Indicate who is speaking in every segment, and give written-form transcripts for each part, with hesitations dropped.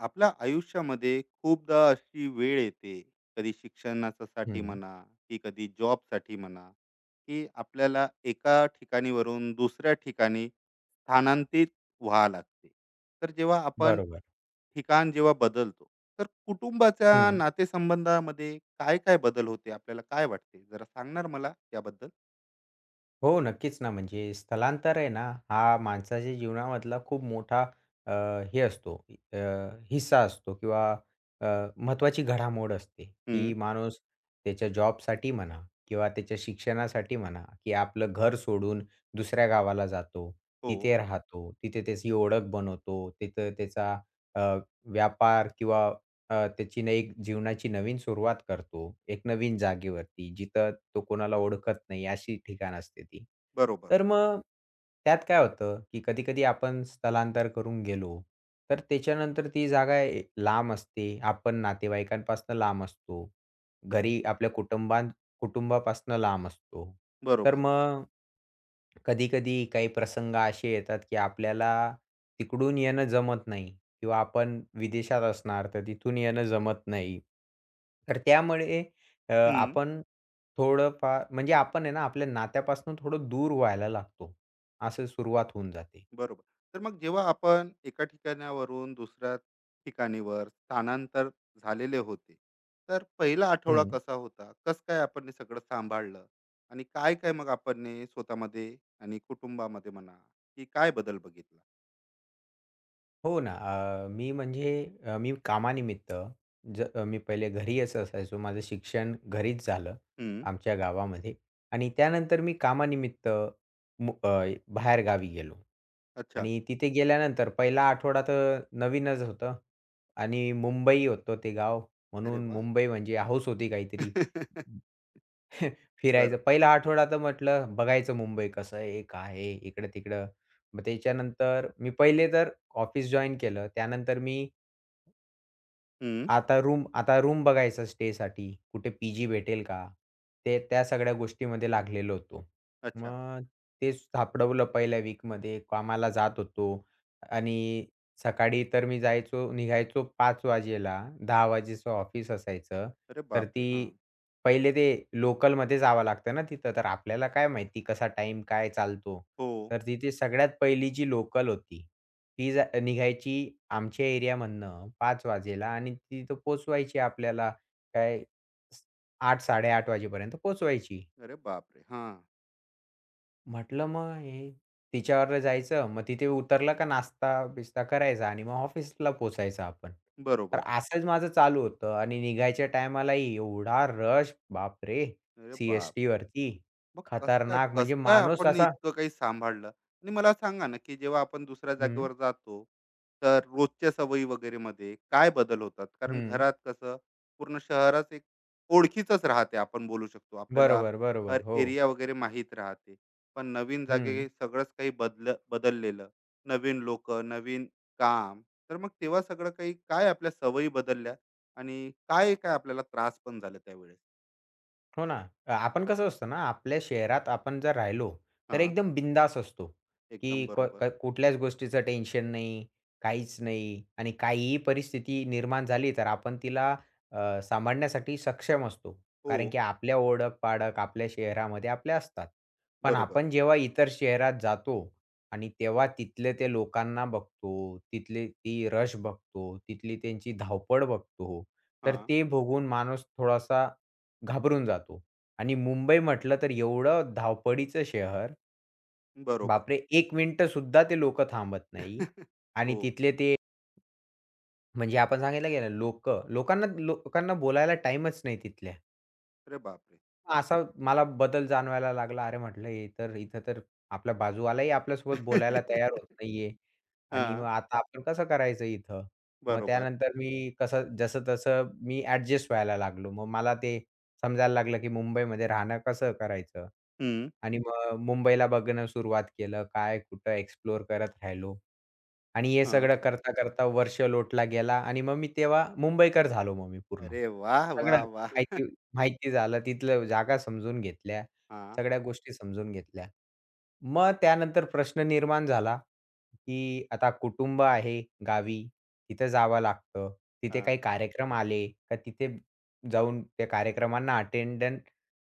Speaker 1: आपल्या आयुष्यामध्ये खूपदा अशी वेळ येते, कधी शिक्षणासाठी
Speaker 2: हं.
Speaker 1: म्हणा, की कधी जॉबसाठी म्हणा, की आपल्याला एका ठिकाणीवरून दुसऱ्या ठिकाणी स्थानांतरित व्हावं लागते. तर जेव्हा आपण
Speaker 2: बरोबर.
Speaker 1: ठिकाण जेव्हा बदलतो, तर कुटुंबाच्या
Speaker 2: हं.
Speaker 1: नातेसंबंधामध्ये काय काय बदल होते, आपल्याला काय वाटते, जरा सांगणार मला याबद्दल.
Speaker 2: हो, नक्कीच ना, म्हणजे स्थलांतर आहे ना, हा माणसाच्या जीवनामधला खूप मोठा अ, हे असतो अ, हिस्सा असतो किंवा अ, महत्त्वाची घडामोड असते,
Speaker 1: हम्म,
Speaker 2: की माणूस त्याच्या जॉबसाठी म्हणा किंवा त्याच्या शिक्षणासाठी म्हणा, की आपलं घर सोडून दुसऱ्या गावाला जातो,
Speaker 1: हो,
Speaker 2: तिथे राहतो, तिथे त्याची ओळख बनवतो, तिथं त्याचा अ, व्यापार किंवा त्याची ना एक जीवनाची नवीन सुरुवात करतो, एक नवीन जागेवरती, जिथं तो कोणाला ओळखत नाही, अशी ठिकाण असते ती.
Speaker 1: बरोबर,
Speaker 2: तर मग त्यात काय होतं, की कधी-कधी आपण स्थलांतर करून गेलो, तर त्याच्यानंतर ती जागा ए लांब असते. आपण नातेवाईकांपासून लांब असतो. घरी आपल्या कुटुंबापासून लांब असतो. तर
Speaker 1: बरोबर,
Speaker 2: मग कधी-कधी काही प्रसंग असे येतात, की आपल्याला तिकडून येणं जमत नाही किंवा आपण विदेशात असणार, तर तिथून येणं जमत नाही. तर त्यामुळे आपण थोडंफार म्हणजे आपण आहे ना, आपल्या नात्यापासून थोडं दूर व्हायला लागतो. असं सुरुवात होऊन जाते.
Speaker 1: बरोबर. तर मग जेव्हा आपण एका ठिकाणावरून दुसऱ्या ठिकाणीवर स्थानांतर झालेले होते, तर पहिला आठवडा
Speaker 2: हं.
Speaker 1: कसा होता? कस काय आपण हे सगळं सांभाळलं? आणि काय-काय मग आपण हे स्वतःमध्ये आणि कुटुंबामध्ये म्हणा, की काय बदल बघितला?
Speaker 2: हो ना. मी म्हणजे मी कामानिमित्त मी पहिले घरी असं असायचो. माझं शिक्षण घरीच झालं
Speaker 1: हं.
Speaker 2: आमच्या गावामध्ये आणि त्यानंतर मी कामानिमित्त मु अ, बाहेरगावी गेलो
Speaker 1: अच्छा.
Speaker 2: आणि तिथे गेल्यानंतर पहिला आठवडा तर नवीनच होतं आणि मुंबई होतं ते गाव
Speaker 1: अरे
Speaker 2: म्हणून
Speaker 1: वाह!
Speaker 2: मुंबई म्हणजे हौस होती काहीतरी फिरायचं.
Speaker 1: बरं.
Speaker 2: पहिला आठवडा तर म्हटलं बघायचं मुंबई कसं आहे, काय आहे, इकडं-तिकडं. मग त्याच्यानंतर मी पहिले तर ऑफिस जॉइन केलं. त्यानंतर मी
Speaker 1: हं.
Speaker 2: आता रूम बघायचा स्टेसाठी. कुठे पी भेटेल का? ते त्या सगळ्या गोष्टीमध्ये लागलेलो होतो.
Speaker 1: अच्छा.
Speaker 2: मग तेच सापडवलं पहिल्या वीकमध्ये. कामाला जात होतो आणि सकाळी तर मी जायचो निघायचो 5:00 वाजेला. 10:00 वाजेचं ऑफिस असायचं.
Speaker 1: अरे
Speaker 2: तर
Speaker 1: बापरे! हां.
Speaker 2: ती पहिले ते लोकलमध्ये जावं लागतं ना तिथं. तर आपल्याला काय माहिती कसा टाईम काय चालतो.
Speaker 1: हो.
Speaker 2: तर तिथे सगळ्यात पहिली जी लोकल होती ती जा निघायची आमच्या एरियामधनं 5 वाजेला आणि तिथं पोहोचवायची आपल्याला काय 8:00-8:30 वाजेपर्यंत पोहोचवायची.
Speaker 1: अरे बापरे! हां.
Speaker 2: म्हटलं मग हे तिच्यावर जायचं, मग तिथे उतरलं का नाश्ता-बिस्ता करायचा आणि मग ऑफिसला पोहोचायचं आपण. तर
Speaker 1: बरोबर.
Speaker 2: असंच माझं चालू होतं आणि निघायच्या टायमालाही एवढा रश बापरे!
Speaker 1: अरे बापरे!
Speaker 2: सी-एस-टीवरती
Speaker 1: मग कसं काय
Speaker 2: खतरनाक
Speaker 1: कसं
Speaker 2: म्हणजे
Speaker 1: काय
Speaker 2: माणूस
Speaker 1: आपण
Speaker 2: असा.
Speaker 1: इतकं काही सांभाळलं? आणि मला सांगा ना, की जेव्हा आपण दुसऱ्या
Speaker 2: हं,
Speaker 1: जागेवर जातो, तर रोजच्या सवयी वगैरेमध्ये काय बदल होतात? कारण
Speaker 2: हं.
Speaker 1: घरात कसं पूर्ण शहरात एक ओळखीचंच राहते, आपण बोलू शकतो. आपल्याला
Speaker 2: बरोबर, बरोबर.
Speaker 1: हर
Speaker 2: हो.
Speaker 1: एरिया वगैरे माहीत राहते. पण नवीन
Speaker 2: हं.
Speaker 1: जागी सगळंच काही बदल बदललेलं. नवीन लोकं, नवीन काम. तर मग तेव्हा सगळं काही काय आपल्या सवयी बदलल्या आणि काय-काय आपल्याला त्रास पण झाला त्यावेळेस?
Speaker 2: हो ना. आपण कसं असतं ना, आपल्या शहरात आपण जर राहिलो, तर
Speaker 1: हां,
Speaker 2: एकदम बिंदास असतो,
Speaker 1: एकदम
Speaker 2: की क
Speaker 1: बरोबर.
Speaker 2: क कुठल्याच गोष्टीचं टेन्शन नाही, काहीच नाही आणि काहीही परिस्थिती निर्माण झाली, तर आपण तिला सांभाळण्यासाठी सक्षम असतो.
Speaker 1: हो,
Speaker 2: कारण की आपल्या ओळख पाड़क, आपल्या शहरामध्ये आपल्या असतात. पण
Speaker 1: बरोबर.
Speaker 2: आपण जेव्हा इतर शहरात जातो आणि तेव्हा तिथले ते लोकांना बघतो, तिथली ती रश बघतो, तिथली त्यांची धावपळ बघतो, तर
Speaker 1: हां,
Speaker 2: ते बघून माणूस थोडासा घाबरून जातो आणि मुंबई म्हटलं तर एवढं धावपळीचं शहर,
Speaker 1: बरोबर.
Speaker 2: बापरे! 1 सुद्धा ते लोक थांबत नाही आणि
Speaker 1: हो.
Speaker 2: तिथले ते म्हणजे आपण सांगितलं गेलं लोकं, लोकांना लोकांना बोलायला टाईमच नाही तिथल्या.
Speaker 1: अरे बापरे!
Speaker 2: असा मला बदल जाणवायला लागला. अरे म्हटलं हे तर इथं तर आपला बाजूवालाही आपल्यासोबत बोलायला तयार होत नाहीये आणि मग
Speaker 1: हां,
Speaker 2: आता आपण कसं करायचं इथं? मग
Speaker 1: बरोबर.
Speaker 2: त्यानंतर मी कसं जसं-तसं मी ॲडजस्ट व्हायला लागलो. मग मला ते समजायला लागलं, की मुंबईमध्ये राहणं कसं करायचं?
Speaker 1: हं,
Speaker 2: आणि मग मुंबईला बघणं सुरुवात केलं. काय, कुठं एक्सप्लोर करत राहिलो. आणि हे
Speaker 1: हां.
Speaker 2: सगळं करता-करता वर्ष लोटला गेला आणि मग मी तेव्हा मुंबईकर झालो मग मी पूर्ण.
Speaker 1: अरे वाह!
Speaker 2: सगळं
Speaker 1: वाह! वाह!
Speaker 2: माहिती माहिती झालं, तिथलं जागा समजून घेतल्या,
Speaker 1: हां,
Speaker 2: सगळ्या गोष्टी समजून घेतल्या. मग त्यानंतर प्रश्न निर्माण झाला, की आता कुटुंब आहे गावी, तिथं जावं लागतं. तिथे
Speaker 1: हां.
Speaker 2: काही कार्यक्रम आले का तिथे जाऊन त्या कार्यक्रमांना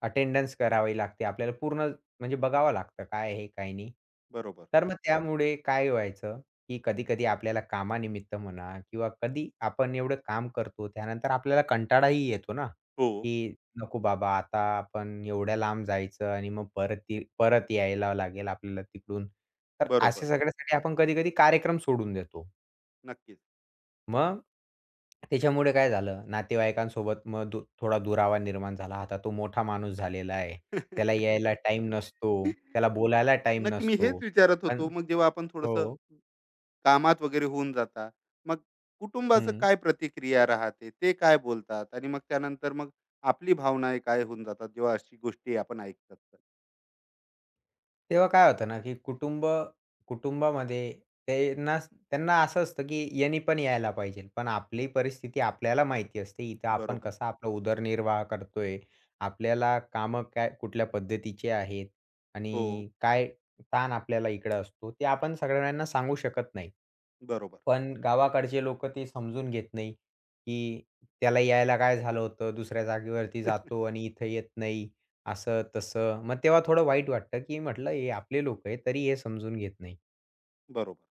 Speaker 2: अटेंडन्स करावी लागते. आपल्याला पूर्ण म्हणजे बघावं लागतं काय आहे, काय नाही.
Speaker 1: बरोबर.
Speaker 2: तर मग त्यामुळे काय व्हायचं की कधी-कधी आपल्याला कामानिमित्त म्हणा किंवा कधी आपण एवढं काम करतो, त्यानंतर आपल्याला कंटाळाही येतो ना,
Speaker 1: हो,
Speaker 2: की नको बाबा आता आपण एवढ्या लांब जायचं आणि मग परत ती परत यायला लागेल आपल्याला तिकडून. तर
Speaker 1: बरोबर.
Speaker 2: अशा सगळ्यासाठी आपण कधी-कधी कार्यक्रम सोडून देतो.
Speaker 1: नक्कीच.
Speaker 2: मग त्याच्यामुळे काय झालं, नातेवाईकांसोबत मग थोडा दुरावा निर्माण झाला. आता तो मोठा माणूस झालेला आहे. त्याला यायला टाईम नसतो, त्याला बोलायला टाईम
Speaker 1: नक्की मी
Speaker 2: नसतो.
Speaker 1: हेच विचारत
Speaker 2: पण
Speaker 1: होतो, मग जेव्हा आपण थोडंसं
Speaker 2: हो.
Speaker 1: कामात वगैरे होऊन जाता, मग कुटुंबाचं
Speaker 2: हं.
Speaker 1: काय प्रतिक्रिया राहते? ते काय बोलतात? आणि मग त्यानंतर मग आपली भावना काय होऊन जातात, जेव्हा अशी गोष्टी आपण ऐकतात तर?
Speaker 2: तेव्हा काय होतं ना, की कुटुंबामध्ये त्यांना त्यांना असं असतं, की यांनी पण यायला पाहिजे. पण आपली परिस्थिती आपल्याला माहिती असते. इथं आपण
Speaker 1: बरोबर.
Speaker 2: कसा आपला उदरनिर्वाह करतोय, आपल्याला कामं काय कुठल्या पद्धतीचे आहेत
Speaker 1: हो,
Speaker 2: आणि काय ताण आपल्याला इकडं असतो, ते आपण सगळ्यांना सांगू शकत नाही.
Speaker 1: बरोबर.
Speaker 2: पण गावाकडचे लोकं ते समजून घेत नाही, की त्याला यायला काय झालं होतं, दुसऱ्या जागेवरती जातो आणि इथं येत नाही, असं-तसं. मग तेव्हा थोडं वाईट वाटतं, की म्हटलं हे आपले लोकं आहेत, तरी हे समजून घेत नाही.
Speaker 1: बरोबर.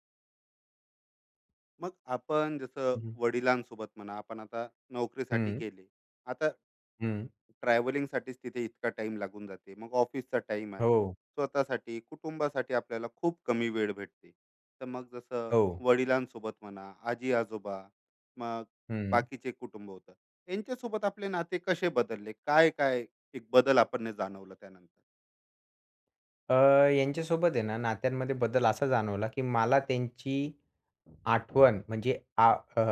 Speaker 1: मग आपण जसं
Speaker 2: हं, हं.
Speaker 1: वडिलांसोबत म्हणा, आपण आता नोकरीसाठी
Speaker 2: हं,
Speaker 1: गेले. आता ट्रॅव्हलिंगसाठीच तिथे इतका टाईम लागून जाते. मग ऑफिसचा टाईम आहे.
Speaker 2: हो,
Speaker 1: स्वतःसाठी, कुटुंबासाठी आपल्याला खूप कमी वेळ भेटते. तर मग जसं
Speaker 2: हो.
Speaker 1: वडिलांसोबत म्हणा, आजी-आजोबा, मग
Speaker 2: हं.
Speaker 1: बाकीचे कुटुंब होतं. यांच्यासोबत आपले नाते कसे बदलले? काय-काय एक बदल आपण ने जाणवलं त्यानंतर?
Speaker 2: अ, यांच्यासोबत आहे ना नात्यांमध्ये बदल असा जाणवला, की मला त्यांची आठवण म्हणजे अ,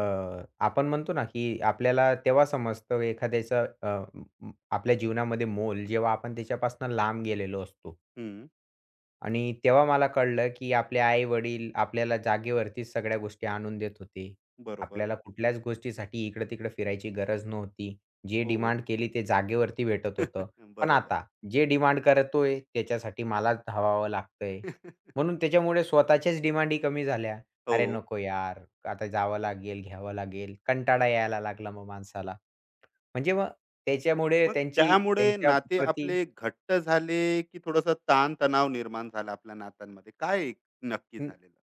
Speaker 2: आपण म्हणतो ना, की आपल्याला तेव्हा समजतं एखाद्याचं आपल्या जीवनामध्ये मोल जेव्हा आपण त्याच्यापासून लांब गेलेलो असतो.
Speaker 1: हं,
Speaker 2: आणि तेव्हा मला कळलं, की आपले आई-वडील आपल्याला जागेवरतीच सगळ्या गोष्टी आणून देत होते.
Speaker 1: बरोबर.
Speaker 2: आपल्याला कुठल्याच गोष्टीसाठी इकडं-तिकडं फिरायची गरज नव्हती. जे
Speaker 1: हो.
Speaker 2: डिमांड केली ते जागेवरती भेटत होतं. पण
Speaker 1: बरोबर.
Speaker 2: आता जे डिमांड करतोय त्याच्यासाठी मलाच धावावं लागतंय. म्हणून त्याच्यामुळे स्वतःच्याच डिमांडी कमी झाल्या.
Speaker 1: हो.
Speaker 2: "अरे नको यार, आता जावं लागेल, घ्यावं लागेल." कंटाळा यायला लागला मग माणसाला. म्हणजे मग त्याच्यामुळे
Speaker 1: मग
Speaker 2: त्यांची
Speaker 1: त्यामुळे
Speaker 2: त्यांच्या
Speaker 1: नाते
Speaker 2: प्रती
Speaker 1: आपले घट्ट झाले, की थोडासा ताण-तणाव निर्माण झाला आपल्या नात्यांमध्ये? काय एक नक्की झालेलं?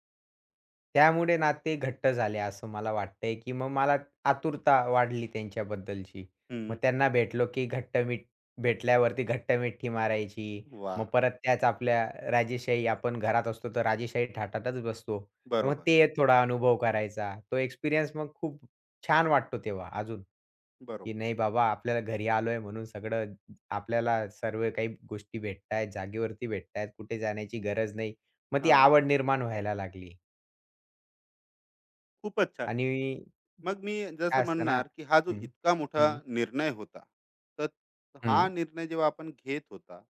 Speaker 2: त्यामुळे नाते घट्ट झाले असं मला वाटतंय, की मग मला आतुरता वाढली त्यांच्याबद्दलची. मग
Speaker 1: हं.
Speaker 2: त्यांना भेटलो, की भेटल्यावरती घट्ट-मिठी मारायची. मग
Speaker 1: वाह!
Speaker 2: परत त्याच आपल्या राजेशाही आपण घरात असतो तर राजेशाही थाटातच बसतो. तर मग
Speaker 1: बरोबर,
Speaker 2: ते थोडा अनुभव करायचा. तो एक्सपिरियन्स मग खूप छान वाटतो तेव्हा अजून, की
Speaker 1: बरोबर.
Speaker 2: नाही बाबा आपल्याला घरी आलोय म्हणून सगळं आपल्याला सर्व काही गोष्टी भेटतायत, जागेवरती भेटतायत, कुठे जाण्याची गरज नाही. मग ती
Speaker 1: हां,
Speaker 2: आवड निर्माण व्हायला लागली.
Speaker 1: खूपच छान.
Speaker 2: आणि
Speaker 1: मग मी
Speaker 2: काय
Speaker 1: जसं
Speaker 2: असतं ना.
Speaker 1: म्हणणार, की हा जो
Speaker 2: हं,
Speaker 1: इतका मोठा
Speaker 2: हं,
Speaker 1: निर्णय होता, तर
Speaker 2: हं,
Speaker 1: हा निर्णय जेव्हा आपण घेत होता,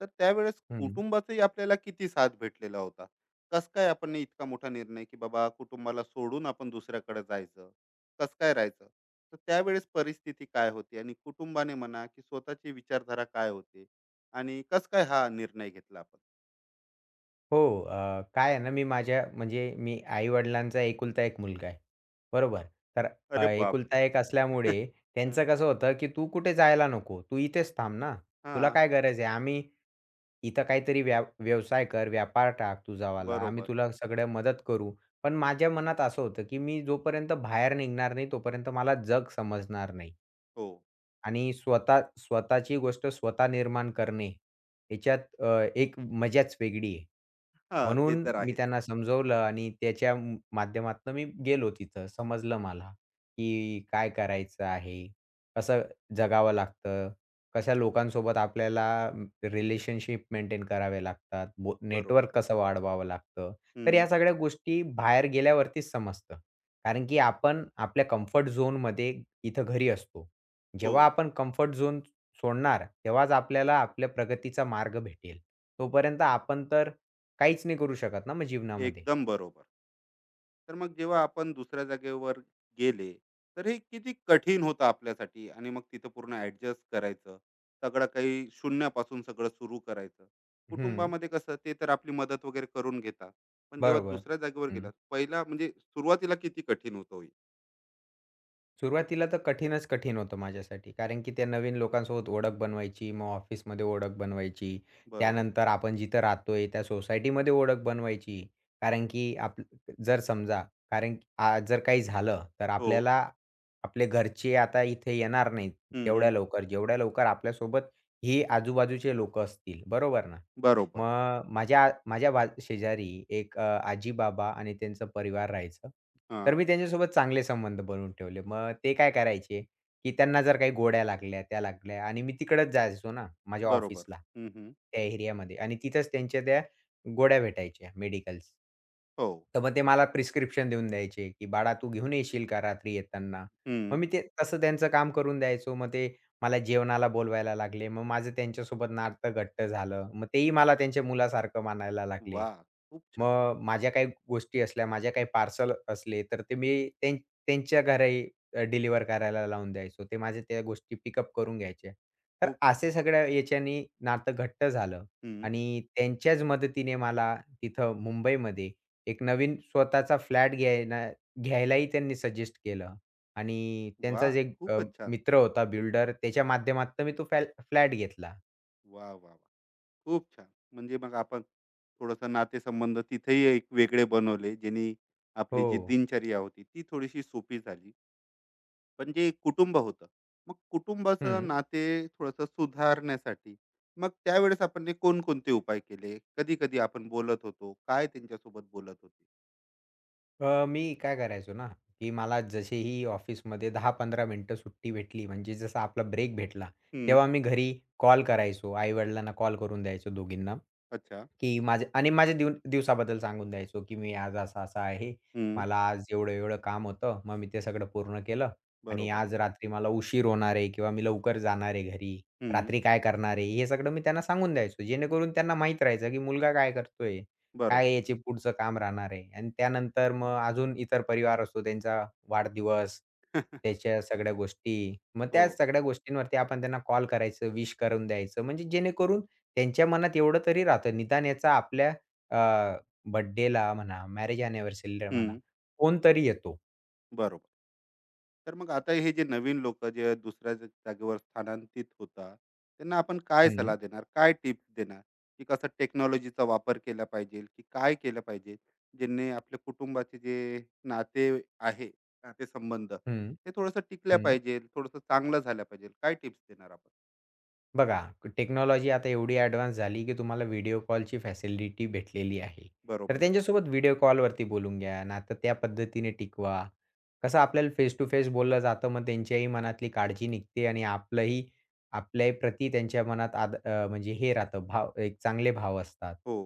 Speaker 1: तर त्यावेळेस
Speaker 2: हं.
Speaker 1: कुटुंबाचाही आपल्याला किती साथ भेटलेला होता? कस काय आपण इतका मोठा निर्णय, की बाबा कुटुंबाला सोडून आपण दुसऱ्याकडे जायचं, कसं काय राहायचं? तर त्यावेळेस परिस्थिती काय होती आणि कुटुंबाने म्हणा, की स्वतःची विचारधारा काय होती आणि कसं काय हा निर्णय घेतला आपण?
Speaker 2: हो, काय आहे ना, मी माझ्या म्हणजे मी आई-वडिलांचा एकुलता एक मुलगा आहे. बरोबर. तर
Speaker 1: अरे
Speaker 2: एकुलता
Speaker 1: बापरे!
Speaker 2: एक असल्यामुळे
Speaker 1: हं.
Speaker 2: त्यांचं कसं होतं, की "तू कुठे जायला नको. तू इथेच थांब ना. तुला
Speaker 1: हां,
Speaker 2: काय गरज आहे? आम्ही इथं काहीतरी व्यवसाय कर, व्यापार टाक तुझावाला. आम्ही
Speaker 1: बरोबर.
Speaker 2: तुला सगळं मदत करू." पण माझ्या मनात असं होतं, की मी जोपर्यंत बाहेर निघणार नाही, तोपर्यंत मला जग समजणार नाही.
Speaker 1: हो.
Speaker 2: आणि स्वतःची गोष्ट स्वतः निर्माण करणे, ह्याच्यात एक मजाच वेगळी आहे.
Speaker 1: हां, ते
Speaker 2: म्हणून
Speaker 1: तर
Speaker 2: मी
Speaker 1: आहेच.
Speaker 2: त्यांना समजवलं आणि त्याच्या म माध्यमातनं मी गेलो तिथं. समजलं मला, की काय करायचं आहे, कसं जगावं लागतं, कशा लोकांसोबत आपल्याला रिलेशनशिप मेंटेन करावे लागतात,
Speaker 1: बरोबर.
Speaker 2: नेटवर्क कसं वाढवावं लागतं. तर
Speaker 1: हं.
Speaker 2: या सगळ्या गोष्टी बाहेर गेल्यावरतीच समजतं. कारण की आपण आपल्या कम्फर्ट झोनमध्ये इथं घरी असतो.
Speaker 1: हो,
Speaker 2: जेव्हा आपण कम्फर्ट झोन सोडणार, तेव्हाच आपल्याला आपल्या प्रगतीचा मार्ग भेटेल. तोपर्यंत आपण तर काहीच नाही करू शकत ना मग जीवनामध्ये.
Speaker 1: एकदम बरोबर. तर मग जेव्हा आपण दुसऱ्या जागेवर गेले, तर हे किती कठीण होतं आपल्यासाठी आणि मग तिथं पूर्ण ऍडजस्ट करायचं, सगळं काही शून्यापासून सगळं सुरू करायचं.
Speaker 2: हं.
Speaker 1: कुटुंबामध्ये कसं, ते तर आपली मदत वगैरे करून घेतात, पण जेव्हा
Speaker 2: बरोबर.
Speaker 1: दुसऱ्या जागेवर
Speaker 2: हं.
Speaker 1: गेलात पहिला म्हणजे सुरुवातीला किती कठीण होतं हो हे.
Speaker 2: सुरुवातीला तर कठीणच कठीण होतं माझ्यासाठी. कारण की त्या नवीन लोकांसोबत ओळख बनवायची, मग ऑफिसमध्ये ओळख बनवायची.
Speaker 1: बरोबर.
Speaker 2: त्यानंतर आपण जिथं राहतोय त्या सोसायटीमध्ये ओळख बनवायची. कारण की आप जर समजा कारण की आ, जर काही झालं तर
Speaker 1: हो.
Speaker 2: आपल्याला आपले घरचे आता इथे येणार नाहीत
Speaker 1: हम्म,
Speaker 2: तेवढ्या
Speaker 1: हम्म.
Speaker 2: लवकर. जेवढ्या लवकर आपल्यासोबत हे आजूबाजूचे लोकं असतील. बरोबर ना?
Speaker 1: बरोबर.
Speaker 2: मग माझ्या माझ्या बा शेजारी एक आजी-बाबा आणि त्यांचं परिवार राहायचं.
Speaker 1: हा.
Speaker 2: तर मी त्यांच्यासोबत चांगले संबंध बनवून ठेवले. मग ते काय करायचे, की त्यांना जर काही गोड्या लागल्या, त्या लागल्या आणि मी तिकडच जायचो ना माझ्या
Speaker 1: बरोबर.
Speaker 2: ऑफिसला,
Speaker 1: हम्म, हम्म.
Speaker 2: त्या एरियामध्ये आणि तिथंच त्यांच्या त्या गोड्या भेटायच्या मेडिकल्स.
Speaker 1: हो.
Speaker 2: तर मग ते मला प्रिस्क्रिप्शन देऊन द्यायचे, की "बाळा, तू घेऊन येशील का रात्री येताना?" मग
Speaker 1: हम्म.
Speaker 2: मी ते तसं त्यांचं काम करून द्यायचो. मग ते मला जेवणाला बोलवायला लागले. मग माझं त्यांच्यासोबत नातं घट्ट झालं. मग तेही मला त्यांच्या मुलासारखं मानायला लागले.
Speaker 1: वा, खूप छान.
Speaker 2: मग माझ्या काही गोष्टी असल्या, माझ्या काही पार्सल असले, तर ते मी त्यांच्या घरी डिलिव्हर करायला लावून द्यायचो. ते माझ्या त्या गोष्टी पिकअप करून घ्यायचे. तर
Speaker 1: खूप छान.
Speaker 2: असे सगळ्या याच्यानी नातं घट्ट झालं
Speaker 1: हम्म.
Speaker 2: आणि त्यांच्याच मदतीने मला तिथं मुंबईमध्ये एक नवीन स्वतःचा फ्लॅट घ्यायलाही त्यांनी सजेस्ट केलं आणि
Speaker 1: वा,
Speaker 2: त्यांचाच एक
Speaker 1: खूपच छान.
Speaker 2: मित्र होता बिल्डर त्याच्या माध्यमातनं मी तो फ्लॅट घेतला.
Speaker 1: वा, वा, वा. खूप छान. म्हणजे मग आपण थोडंसं नातेसंबंध तिथेही एक वेगळे बनवले, ज्यांनी आपली
Speaker 2: हो.
Speaker 1: जी दिनचर्या होती, ती थोडीशी सोपी झाली. पण जे कुटुंब होतं, मग कुटुंबाचं
Speaker 2: हं.
Speaker 1: नाते थोडंसं सुधारण्यासाठी, मग त्यावेळेस आपण हे कोणकोणते उपाय केले? कधी-कधी आपण बोलत होतो, काय त्यांच्यासोबत बोलत होते?
Speaker 2: मी काय करायचो ना, की मला जसेही ऑफिसमध्ये दहा 15 मिनिटं सुट्टी भेटली, म्हणजे जसा आपला ब्रेक भेटला,
Speaker 1: हं.
Speaker 2: तेव्हा मी घरी कॉल करायचो. आई-वडिलांना कॉल करून द्यायचो दोघींना.
Speaker 1: अच्छा.
Speaker 2: की माझे आणि माझ्या दिवसाबद्दल सांगून द्यायचो, की मी आज असा-असा आहे.
Speaker 1: हं.
Speaker 2: मला आज एवढं-एवढं काम होतं. मग मी ते सगळं पूर्ण केलं आणि
Speaker 1: बरोबर.
Speaker 2: आज रात्री मला उशीर होणार आहे किंवा मी लवकर जाणार आहे घरी.
Speaker 1: हं.
Speaker 2: रात्री काय करणार आहे? हे सगळं मी त्यांना सांगून द्यायचो. जेणेकरून त्यांना माहीत राहायचं, की मुलगा काय करतोय?
Speaker 1: बरोबर.
Speaker 2: काय याचे पुढचं काम राहणार आहे? आणि त्यानंतर मग अजून इतर परिवार असतो त्यांचा वाढदिवस, त्याच्या सगळ्या गोष्टी. मग
Speaker 1: हो.
Speaker 2: त्या सगळ्या गोष्टींवरती आपण त्यांना कॉल करायचं, विश करून द्यायचं. म्हणजे जेणेकरून त्यांच्या मनात एवढं तरी राहतं. निदान याचा आपल्या अ, बर्थडेला म्हणा, मॅरेज अॅनिव्हर्सरीला म्हणा,
Speaker 1: हं.
Speaker 2: कोणतरी येतो.
Speaker 1: बरोबर. तर मग आता हे जे नवीन लोक जे दुसऱ्या जागेवर स्थानांतरित होतात, त्यांना आपण काय
Speaker 2: हं,
Speaker 1: सल्ला देणार, काय टिप्स देणार, की कसं टेक्नॉलॉजीचा वापर केला पाहिजे, की काय केलं पाहिजे, ज्यांनी आपल्या कुटुंबाचे जे नाते आहे, नातेसंबंध
Speaker 2: हं,
Speaker 1: ते थोडंसं टिकल्या
Speaker 2: हं.
Speaker 1: पाहिजे, थोडंसं चांगलं झालं पाहिजे, काय टिप्स देणार आपण?
Speaker 2: बघा, टेक्नॉलॉजी आता एवढी ॲडव्हान्स झाली, की तुम्हाला व्हिडिओ कॉलची फॅसिलिटी भेटलेली आहे. तर
Speaker 1: बरोबर.
Speaker 2: त्यांच्यासोबत व्हिडिओ कॉलवरती बोलून घ्या, नातं त्या पद्धतीने टिकवा. कसं आपल्याला फेस टू फेस बोललं जातं, मग त्यांच्याही मनातली काळजी निघते आणि आपलंही आपल्याही प्रती त्यांच्या मनात म्हणजे हे राहतं भाव एक चांगले भाव असतात,
Speaker 1: हो.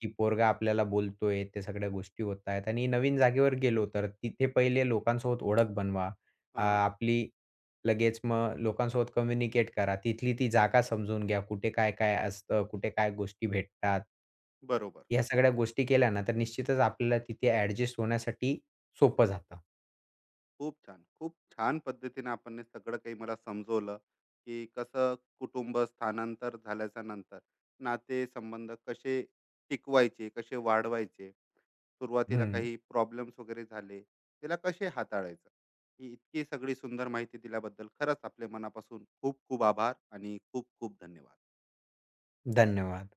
Speaker 2: की पोरगा आपल्याला बोलतोय, त्या सगळ्या गोष्टी होत आहेत आणि नवीन जागेवर गेलो, तर तिथे पहिले लोकांसोबत ओळख बनवा.
Speaker 1: हां,
Speaker 2: आपली लगेच मग लोकांसोबत कम्युनिकेट करा. तिथली ती जागा समजून घ्या. कुठे काय-काय असतं, कुठे काय गोष्टी भेटतात.
Speaker 1: बरोबर.
Speaker 2: ह्या सगळ्या गोष्टी केल्या ना, तर निश्चितच आपल्याला तिथे ॲडजस्ट होण्यासाठी सोपं जातं.
Speaker 1: खूप छान. खूप छान पद्धतीने आपण हे सगळं काही मला समजवलं, की कसं कुटुंब स्थानांतर झाल्याच्या नंतर नातेसंबंध कसे टिकवायचे, कसे वाढवायचे. सुरुवातीला
Speaker 2: हं.
Speaker 1: काही प्रॉब्लेम्स वगैरे झाले, त्याला कसे हाताळायचं. ही इतकी सगळी सुंदर माहिती दिल्याबद्दल खरंच आपले मनापासून खूप खूप आभार आणि खूप खूप धन्यवाद.
Speaker 2: धन्यवाद.